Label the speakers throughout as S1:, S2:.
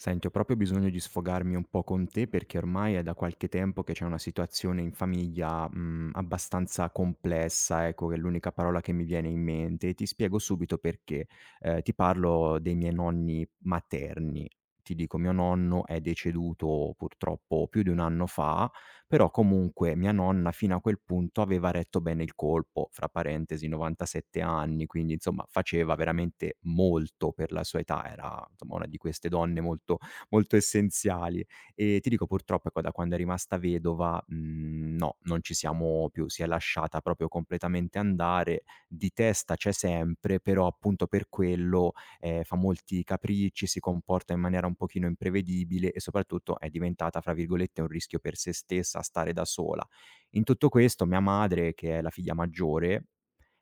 S1: Senti, ho proprio bisogno di sfogarmi un po' con te perché ormai è da qualche tempo che c'è una situazione in famiglia, abbastanza complessa, ecco, che è l'unica parola che mi viene in mente e ti spiego subito perché. Ti parlo dei miei nonni materni. Ti dico, mio nonno è deceduto purtroppo più di 1 anno fa però comunque mia nonna fino a quel punto aveva retto bene il colpo, fra parentesi 97 anni, quindi insomma faceva veramente molto per la sua età, era insomma una di queste donne molto, molto essenziali. E ti dico purtroppo ecco, da quando è rimasta vedova, no, non ci siamo più, si è lasciata proprio completamente andare, di testa c'è sempre, però appunto per quello fa molti capricci, si comporta in maniera un pochino imprevedibile e soprattutto è diventata, fra virgolette, "un rischio per se stessa" stare da sola. In tutto questo mia madre, che è la figlia maggiore,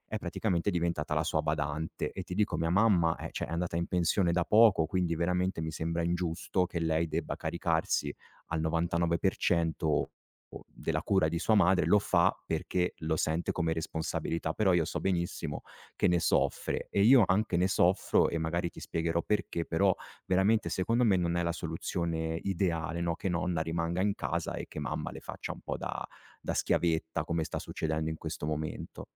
S1: è praticamente diventata la sua badante e ti dico mia mamma è cioè è andata in pensione da poco, quindi veramente mi sembra ingiusto che lei debba caricarsi al 99% o della cura di sua madre, lo fa perché lo sente come responsabilità, però io so benissimo che ne soffre e io anche ne soffro e magari ti spiegherò perché, però veramente secondo me non è la soluzione ideale, no, che nonna rimanga in casa e che mamma le faccia un po' da da schiavetta, come sta succedendo in questo momento.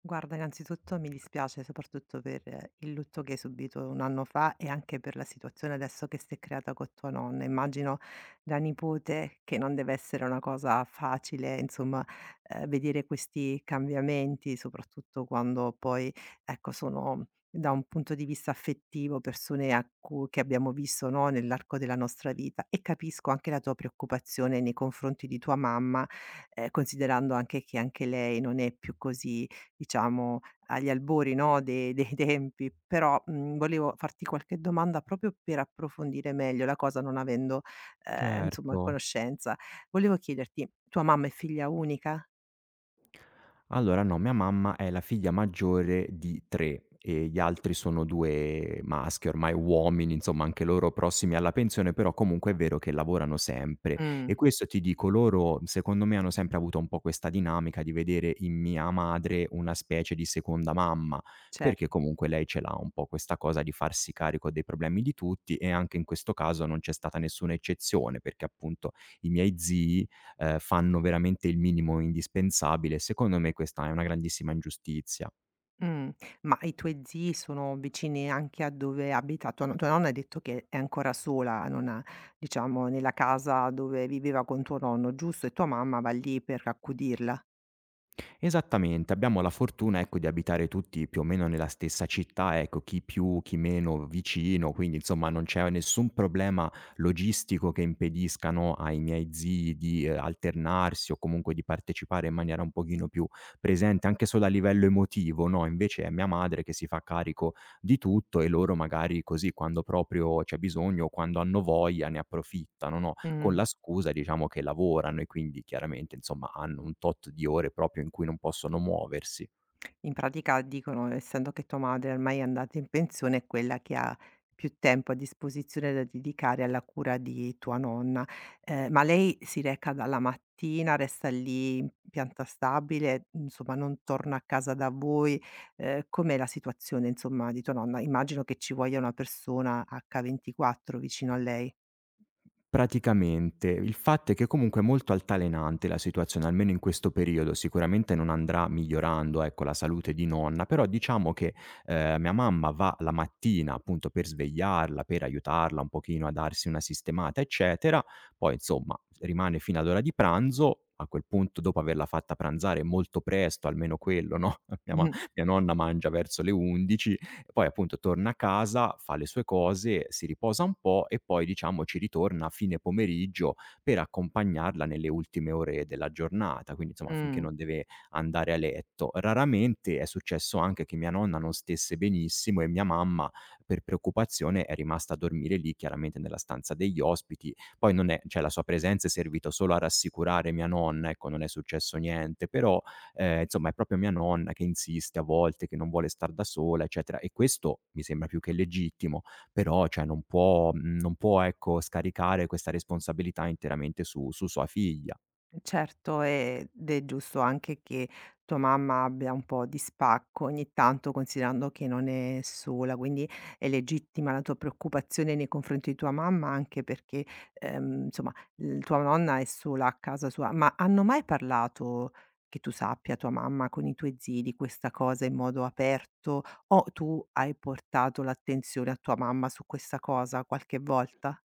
S2: Guarda, innanzitutto mi dispiace soprattutto per il lutto che hai subito 1 anno fa e anche per la situazione adesso che si è creata con tua nonna. Immagino da nipote che non deve essere una cosa facile, insomma, vedere questi cambiamenti, soprattutto quando poi, ecco, sono da un punto di vista affettivo persone a cui, che abbiamo visto, no, nell'arco della nostra vita. E capisco anche la tua preoccupazione nei confronti di tua mamma, considerando anche che anche lei non è più così diciamo agli albori, no, de dei tempi, però, volevo farti qualche domanda proprio per approfondire meglio la cosa non avendo, insomma
S1: Certo.
S2: conoscenza. Volevo chiederti: tua mamma è figlia unica?
S1: Allora no, mia mamma è la figlia maggiore di tre e gli altri sono due maschi, ormai uomini, insomma anche loro prossimi alla pensione, però comunque è vero che lavorano sempre. E
S2: Mh.
S1: questo ti dico, loro secondo me hanno sempre avuto un po' questa dinamica di vedere in mia madre una specie di seconda mamma, perché
S2: Certo.
S1: comunque lei ce l'ha un po' questa cosa di farsi carico dei problemi di tutti e anche in questo caso non c'è stata nessuna eccezione, perché appunto i miei zii fanno veramente il minimo indispensabile. Secondo me questa è una grandissima ingiustizia.
S2: Mh. Ma i tuoi zii sono vicini anche a dove abita tua no tua nonna, hai detto che è ancora sola, non ha diciamo, nella casa dove viveva con tuo nonno, giusto? E tua mamma va lì per accudirla.
S1: Esattamente, abbiamo la fortuna, ecco, di abitare tutti più o meno nella stessa città, ecco, chi più, chi meno vicino, quindi insomma non c'è nessun problema logistico che impediscano ai miei zii di alternarsi o comunque di partecipare in maniera un pochino più presente, anche solo a livello emotivo, no? Invece è mia madre che si fa carico di tutto e loro magari così quando proprio c'è bisogno, quando hanno voglia, ne approfittano, no? Con
S2: Mh.
S1: la scusa, diciamo, che lavorano e quindi chiaramente, insomma, hanno un tot di ore proprio in cui non possono muoversi.
S2: In pratica dicono, essendo che tua madre ormai è andata in pensione, è quella che ha più tempo a disposizione da dedicare alla cura di tua nonna. Ma lei si reca dalla mattina, resta lì in pianta stabile, insomma non torna a casa da voi? Com'è la situazione insomma di tua nonna? Immagino che ci voglia una persona H24 vicino a lei.
S1: Praticamente. Il fatto è che comunque è molto altalenante la situazione, almeno in questo periodo, sicuramente non andrà migliorando, ecco, la salute di nonna, però diciamo che, mia mamma va la mattina appunto per svegliarla, per aiutarla un pochino a darsi una sistemata, eccetera, poi insomma rimane fino all'ora di pranzo, a quel punto dopo averla fatta pranzare molto presto, almeno quello, no,
S2: Mh-mh.
S1: mia nonna mangia verso le 11, poi appunto torna a casa, fa le sue cose, si riposa un po' e poi diciamo ci ritorna a fine pomeriggio per accompagnarla nelle ultime ore della giornata, quindi insomma finché
S2: Mh.
S1: non deve andare a letto. Raramente è successo anche che mia nonna non stesse benissimo e mia mamma per preoccupazione è rimasta a dormire lì chiaramente nella stanza degli ospiti. Poi non è cioè la sua presenza è servito solo a rassicurare mia nonna, ecco non è successo niente, però insomma è proprio mia nonna che insiste a volte, che non vuole star da sola, eccetera. E questo mi sembra più che legittimo, però cioè non può, non può, ecco, scaricare questa responsabilità interamente su sua figlia.
S2: Certo, ed è giusto anche che tua mamma abbia un po' di spacco ogni tanto, considerando che non è sola, quindi è legittima la tua preoccupazione nei confronti di tua mamma, anche perché, insomma, tua nonna è sola a casa sua. Ma hanno mai parlato, che tu sappia, tua mamma con i tuoi zii di questa cosa in modo aperto? O tu hai portato l'attenzione a tua mamma su questa cosa qualche volta?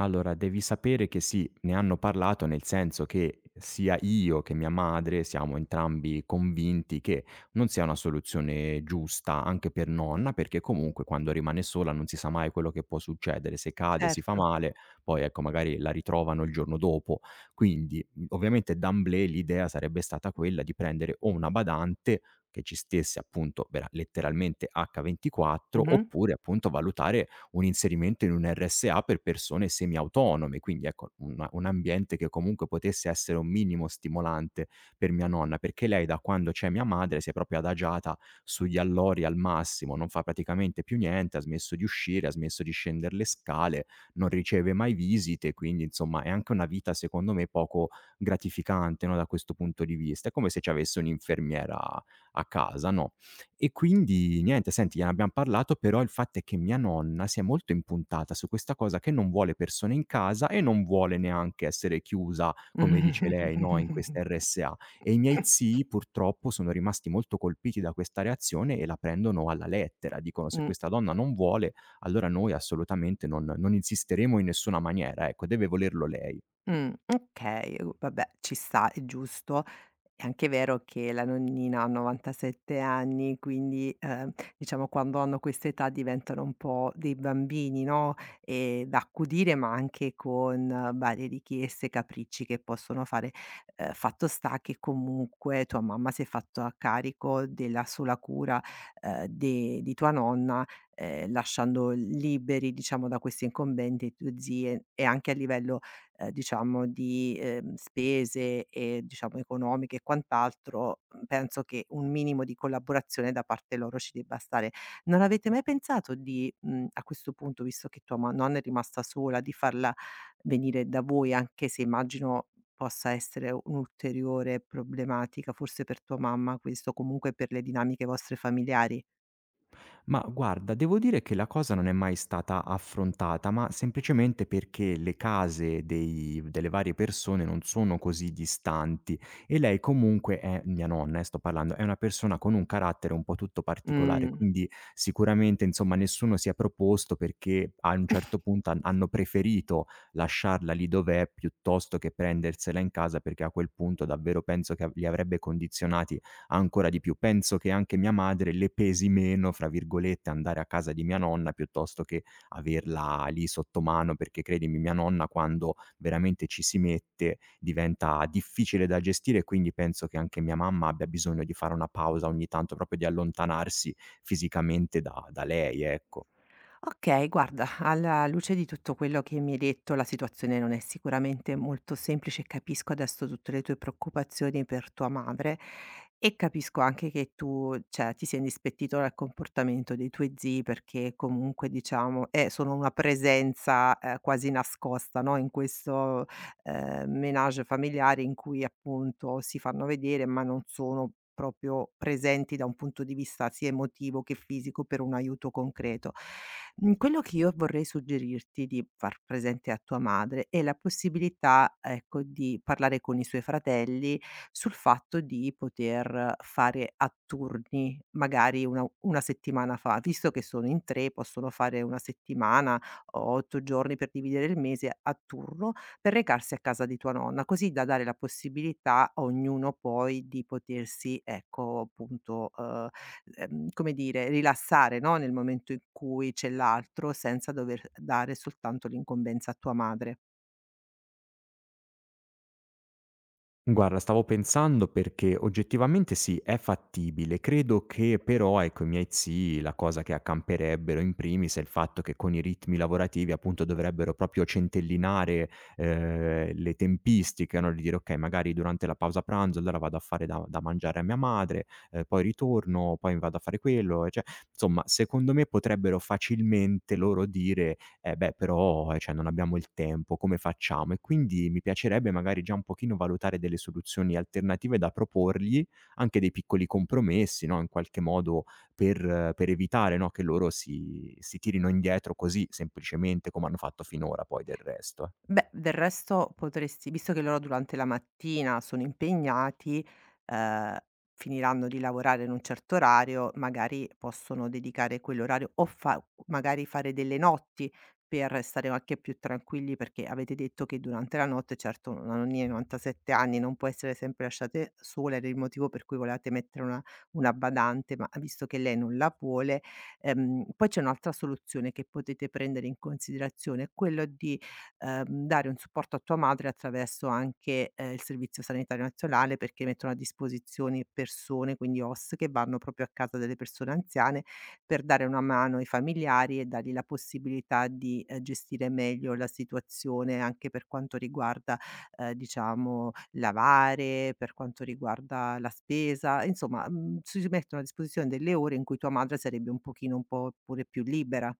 S1: Allora, devi sapere che sì, ne hanno parlato, nel senso che sia io che mia madre siamo entrambi convinti che non sia una soluzione giusta anche per nonna, perché comunque quando rimane sola non si sa mai quello che può succedere, se cade si fa
S2: Certo.
S1: male, poi ecco magari la ritrovano il giorno dopo. Quindi ovviamente d'emblée l'idea sarebbe stata quella di prendere o una badante che ci stesse appunto letteralmente H24
S2: Mhm.
S1: oppure appunto valutare un inserimento in un RSA per persone semiautonome, quindi ecco una un ambiente che comunque potesse essere un minimo stimolante per mia nonna, perché lei da quando c'è mia madre si è proprio adagiata sugli allori al massimo, non fa praticamente più niente, ha smesso di uscire, ha smesso di scender le scale, non riceve mai visite, quindi insomma è anche una vita secondo me poco gratificante, no, da questo punto di vista. È come se ci avesse un'infermiera a casa, no? E quindi niente, senti, gliene abbiam parlato, però il fatto è che mia nonna si è molto impuntata su questa cosa che non vuole persone in casa e non vuole neanche essere chiusa, come dice lei, no, in questa RSA. E i miei zii purtroppo sono rimasti molto colpiti da questa reazione e la prendono alla lettera. Dicono: "Se
S2: Mh,
S1: questa donna non vuole, allora noi assolutamente non insisteremo in nessuna maniera, ecco, deve volerlo lei."
S2: okay, vabbè, ci sta, è giusto. È anche vero che la nonnina ha 97 anni, quindi, diciamo quando hanno questa età diventano un po' dei bambini, no, da accudire, ma anche con varie richieste, capricci che possono fare. Fatto sta che comunque tua mamma si è fatta carico della sola cura, de di tua nonna, lasciando liberi, diciamo, da queste incombenti tue zie, e anche a livello diciamo di, spese e diciamo economiche e quant'altro, penso che un minimo di collaborazione da parte loro ci debba stare. Non avete mai pensato di a questo punto, visto che tua ma nonna è rimasta sola, di farla venire da voi, anche se immagino possa essere un'ulteriore problematica forse per tua mamma, questo, comunque per le dinamiche vostre familiari?
S1: Ma guarda, devo dire che la cosa non è mai stata affrontata, ma semplicemente perché le case dei delle varie persone non sono così distanti e lei comunque è mia nonna, sto parlando, è una persona con un carattere un po' tutto particolare,
S2: Mh.
S1: quindi sicuramente, insomma, nessuno si è proposto perché a un certo punto hanno preferito lasciarla lì dov'è piuttosto che prendersela in casa, perché a quel punto davvero penso che av li avrebbe condizionati ancora di più. Penso che anche mia madre le pesi meno, fra virgolette, andare a casa di mia nonna piuttosto che averla lì sotto mano, perché credimi mia nonna quando veramente ci si mette diventa difficile da gestire e quindi penso che anche mia mamma abbia bisogno di fare una pausa ogni tanto, proprio di allontanarsi fisicamente da lei, ecco.
S2: Okay, guarda, alla luce di tutto quello che mi hai detto, la situazione non è sicuramente molto semplice e capisco adesso tutte le tue preoccupazioni per tua madre e capisco anche che tu, cioè, ti sia indispettito dal comportamento dei tuoi zii perché comunque, diciamo, sono una presenza, quasi nascosta, no, in questo ménage familiari, in cui appunto si fanno vedere, ma non sono proprio presenti da un punto di vista sia emotivo che fisico per un aiuto concreto. Quello che io vorrei suggerirti di far presente a tua madre è la possibilità, ecco, di parlare con i suoi fratelli sul fatto di poter fare a turni, magari una settimana fa. Visto che sono in 3, possono fare 1 settimana o 8 giorni per dividere il mese a turno per recarsi a casa di tua nonna, così da dare la possibilità a ognuno poi di potersi, ecco, appunto, come dire, rilassare, no, nel momento in cui c'è l'altro, senza dover dare soltanto l'incombenza a tua madre.
S1: Guarda, stavo pensando perché oggettivamente sì, è fattibile. Credo che però, ecco, i miei zii la cosa che accamperebbero in primis è il fatto che con i ritmi lavorativi appunto dovrebbero proprio centellinare le tempistiche, no? Di dire ok, magari durante la pausa pranzo allora vado a fare da mangiare a mia madre, poi ritorno, poi vado a fare quello. E cioè, insomma, secondo me potrebbero facilmente loro dire eh beh, però, cioè non abbiamo il tempo, come facciamo? E quindi mi piacerebbe magari già un pochino valutare delle soluzioni alternative da proporgli, anche dei piccoli compromessi, no, in qualche modo per evitare, no, che loro si tirino indietro così semplicemente come hanno fatto finora poi del resto.
S2: Beh, del resto potresti, visto che loro durante la mattina sono impegnati, ehm, finiranno di lavorare in un certo orario, magari possono dedicare quell'orario o fa magari fare delle notti per stare anche più tranquilli, perché avete detto che durante la notte, certo, una nonnina di 97 anni non può essere sempre lasciate sola, ed è il motivo per cui volevate mettere una badante, ma visto che lei non la vuole poi c'è un'altra soluzione che potete prendere in considerazione, è quello di dare un supporto a tua madre attraverso anche, il Servizio Sanitario Nazionale, perché mettono a disposizione persone, quindi OSS, che vanno proprio a casa delle persone anziane per dare una mano ai familiari e dargli la possibilità di, gestire meglio la situazione anche per quanto riguarda, diciamo, lavare, per quanto riguarda la spesa, insomma, si mettono a disposizione delle ore in cui tua madre sarebbe un po' pure più libera.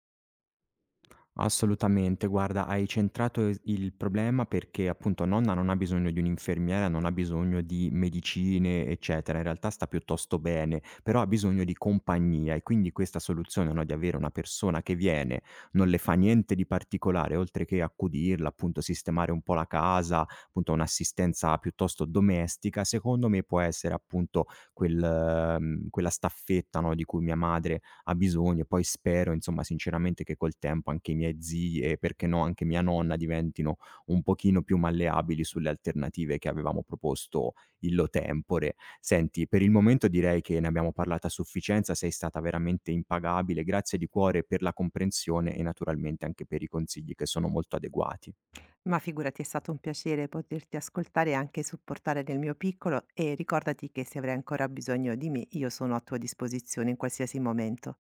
S1: Assolutamente, guarda, hai centrato es il problema perché appunto nonna non ha bisogno di un'infermiera, non ha bisogno di medicine, eccetera. In realtà sta piuttosto bene, però ha bisogno di compagnia e quindi questa soluzione, no, di avere una persona che viene, non le fa niente di particolare oltre che accudirla, appunto sistemare un po' la casa, appunto un'assistenza piuttosto domestica, secondo me può essere appunto quella staffetta, no, di cui mia madre ha bisogno. Poi spero, insomma, sinceramente che col tempo anche i miei zii e perché no anche mia nonna diventino un pochino più malleabili sulle alternative che avevamo proposto illo tempore. Senti, per il momento direi che ne abbiamo parlato a sufficienza, sei stata veramente impagabile. Grazie di cuore per la comprensione e naturalmente anche per i consigli che sono molto adeguati.
S2: Ma figurati, è stato un piacere poterti ascoltare e anche supportare nel mio piccolo e ricordati che se avrai ancora bisogno di me, io sono a tua disposizione in qualsiasi momento.